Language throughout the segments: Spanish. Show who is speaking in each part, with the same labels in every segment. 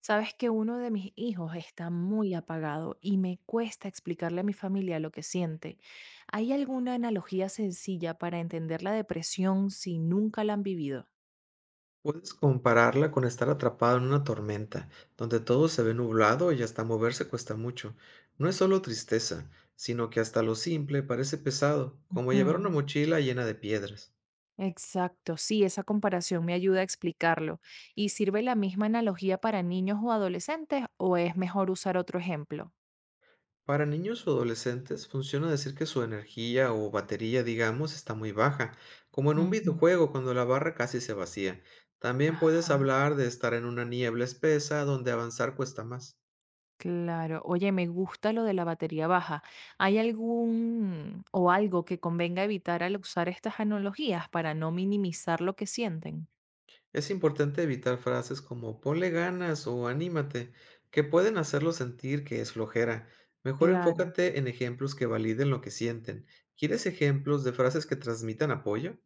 Speaker 1: Sabes que uno de mis hijos está muy apagado y me cuesta explicarle a mi familia lo que siente. ¿Hay alguna analogía sencilla para entender la depresión si nunca la han vivido?
Speaker 2: Puedes compararla con estar atrapado en una tormenta, donde todo se ve nublado y hasta moverse cuesta mucho. No es solo tristeza, sino que hasta lo simple parece pesado, como llevar una
Speaker 1: Ujú.
Speaker 2: mochila llena de piedras.
Speaker 1: Exacto, sí, esa comparación me ayuda a explicarlo. ¿Y sirve la misma analogía para niños o adolescentes o es mejor usar otro ejemplo?
Speaker 2: Para niños o adolescentes funciona decir que su energía o batería, digamos, está muy baja, como en un
Speaker 1: Ujú.
Speaker 2: videojuego cuando la barra casi se vacía. También puedes
Speaker 1: Ajá.
Speaker 2: hablar de estar en una niebla espesa donde avanzar cuesta más.
Speaker 1: Claro. Oye, me gusta lo de la batería baja. ¿Hay algún o algo que convenga evitar al usar estas analogías para no minimizar lo que sienten?
Speaker 2: Es importante evitar frases como ponle ganas o anímate, que pueden hacerlo sentir que es flojera. Mejor
Speaker 1: Claro.
Speaker 2: enfócate en ejemplos que validen lo que sienten. ¿Quieres ejemplos de frases que transmitan apoyo?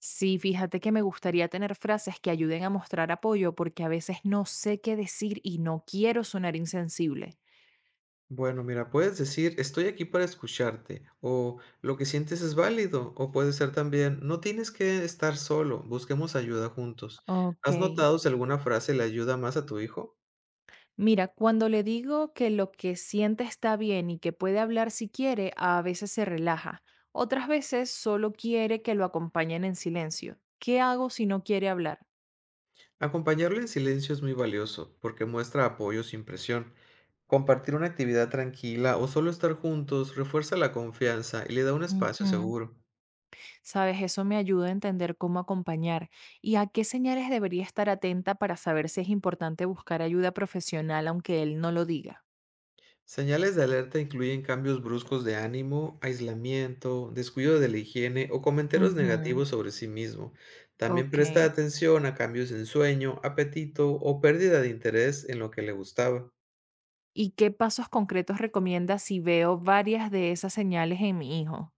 Speaker 1: Sí, fíjate que me gustaría tener frases que ayuden a mostrar apoyo porque a veces no sé qué decir y no quiero sonar insensible.
Speaker 2: Bueno, mira, puedes decir estoy aquí para escucharte o lo que sientes es válido o puede ser también no tienes que estar solo, busquemos ayuda juntos.
Speaker 1: Ok.
Speaker 2: ¿Has notado si alguna frase le ayuda más a tu hijo?
Speaker 1: Mira, cuando le digo que lo que siente está bien y que puede hablar si quiere, a veces se relaja. Otras veces solo quiere que lo acompañen en silencio. ¿Qué hago si no quiere hablar?
Speaker 2: Acompañarle en silencio es muy valioso porque muestra apoyo sin presión. Compartir una actividad tranquila o solo estar juntos refuerza la confianza y le da un espacio
Speaker 1: Ujú.
Speaker 2: seguro.
Speaker 1: Sabes, eso me ayuda a entender cómo acompañar y a qué señales debería estar atenta para saber si es importante buscar ayuda profesional aunque él no lo diga.
Speaker 2: Señales de alerta incluyen cambios bruscos de ánimo, aislamiento, descuido de la higiene o comentarios
Speaker 1: Ujú.
Speaker 2: negativos sobre sí mismo. También
Speaker 1: Ok.
Speaker 2: presta atención a cambios en sueño, apetito o pérdida de interés en lo que le gustaba.
Speaker 1: ¿Y qué pasos concretos recomiendas si veo varias de esas señales en mi hijo?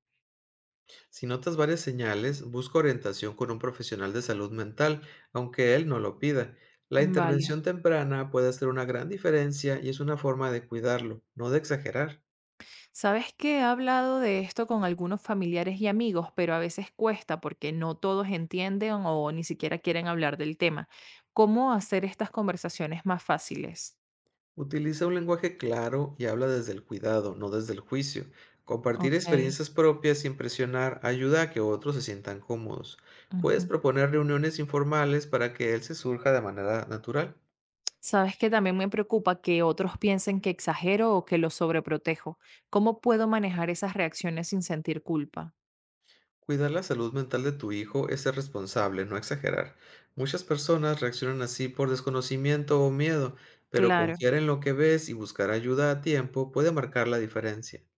Speaker 2: Si notas varias señales, busca orientación con un profesional de salud mental, aunque él no lo pida. La
Speaker 1: Vale.
Speaker 2: intervención temprana puede hacer una gran diferencia y es una forma de cuidarlo, no de exagerar.
Speaker 1: Sabes que he hablado de esto con algunos familiares y amigos, pero a veces cuesta porque no todos entienden o ni siquiera quieren hablar del tema. ¿Cómo hacer estas conversaciones más fáciles?
Speaker 2: Utiliza un lenguaje claro y habla desde el cuidado, no desde el juicio. Compartir
Speaker 1: Ok.
Speaker 2: experiencias propias sin presionar ayuda a que otros se sientan cómodos. Puedes
Speaker 1: Ujú.
Speaker 2: proponer reuniones informales para que él se surja de manera natural.
Speaker 1: Sabes que también me preocupa que otros piensen que exagero o que los sobreprotejo. ¿Cómo puedo manejar esas reacciones sin sentir culpa?
Speaker 2: Cuidar la salud mental de tu hijo es ser responsable, no exagerar. Muchas personas reaccionan así por desconocimiento o miedo, pero
Speaker 1: Claro.
Speaker 2: confiar en lo que ves y buscar ayuda a tiempo puede marcar la diferencia.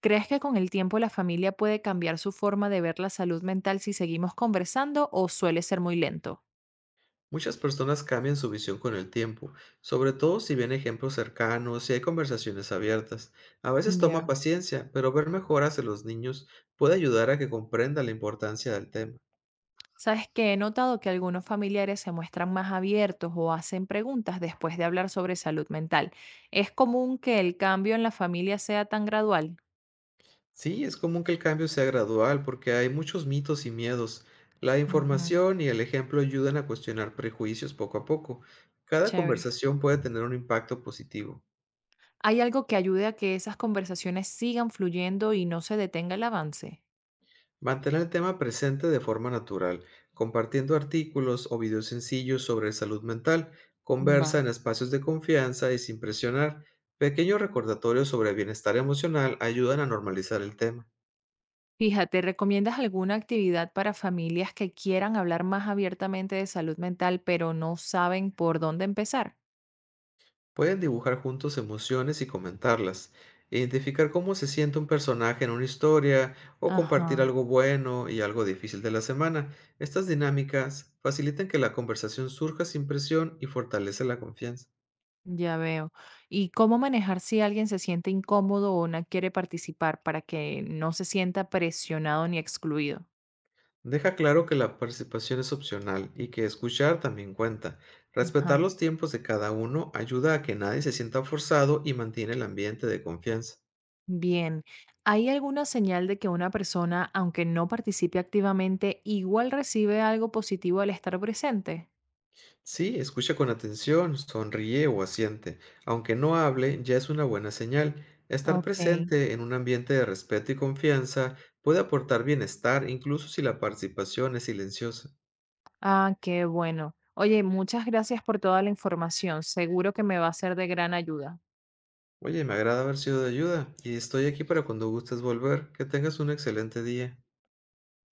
Speaker 1: ¿Crees que con el tiempo la familia puede cambiar su forma de ver la salud mental si seguimos conversando o suele ser muy lento?
Speaker 2: Muchas personas cambian su visión con el tiempo, sobre todo si ven ejemplos cercanos y hay conversaciones abiertas. A veces toma
Speaker 1: Ya.
Speaker 2: paciencia, pero ver mejoras en los niños puede ayudar a que comprenda la importancia del tema.
Speaker 1: Sabes que he notado que algunos familiares se muestran más abiertos o hacen preguntas después de hablar sobre salud mental. ¿Es común que el cambio en la familia sea tan gradual?
Speaker 2: Sí, es común que el cambio sea gradual porque hay muchos mitos y miedos. La
Speaker 1: Ujú.
Speaker 2: información y el ejemplo ayudan a cuestionar prejuicios poco a poco. Cada
Speaker 1: Chévere.
Speaker 2: conversación puede tener un impacto positivo.
Speaker 1: ¿Hay algo que ayude a que esas conversaciones sigan fluyendo y no se detenga el avance?
Speaker 2: Mantener el tema presente de forma natural, compartiendo artículos o videos sencillos sobre salud mental, conversa
Speaker 1: Va.
Speaker 2: en espacios de confianza y sin presionar. Pequeños recordatorios sobre bienestar emocional ayudan a normalizar el tema.
Speaker 1: Fíjate, ¿recomiendas alguna actividad para familias que quieran hablar más abiertamente de salud mental, pero no saben por dónde empezar?
Speaker 2: Pueden dibujar juntos emociones y comentarlas, identificar cómo se siente un personaje en una historia o compartir
Speaker 1: Ajá.
Speaker 2: algo bueno y algo difícil de la semana. Estas dinámicas facilitan que la conversación surja sin presión y fortalece la confianza.
Speaker 1: Ya veo. ¿Y cómo manejar si alguien se siente incómodo o no quiere participar para que no se sienta presionado ni excluido?
Speaker 2: Deja claro que la participación es opcional y que escuchar también cuenta. Respetar
Speaker 1: Ajá.
Speaker 2: los tiempos de cada uno ayuda a que nadie se sienta forzado y mantiene el ambiente de confianza.
Speaker 1: Bien. ¿Hay alguna señal de que una persona, aunque no participe activamente, igual recibe algo positivo al estar presente?
Speaker 2: Sí, escucha con atención, sonríe o asiente. Aunque no hable, ya es una buena señal. Estar
Speaker 1: Ok.
Speaker 2: presente en un ambiente de respeto y confianza puede aportar bienestar, incluso si la participación es silenciosa.
Speaker 1: Ah, qué bueno. Oye, muchas gracias por toda la información. Seguro que me va a ser de gran ayuda.
Speaker 2: Oye, me agrada haber sido de ayuda y estoy aquí para cuando gustes volver. Que tengas un excelente día.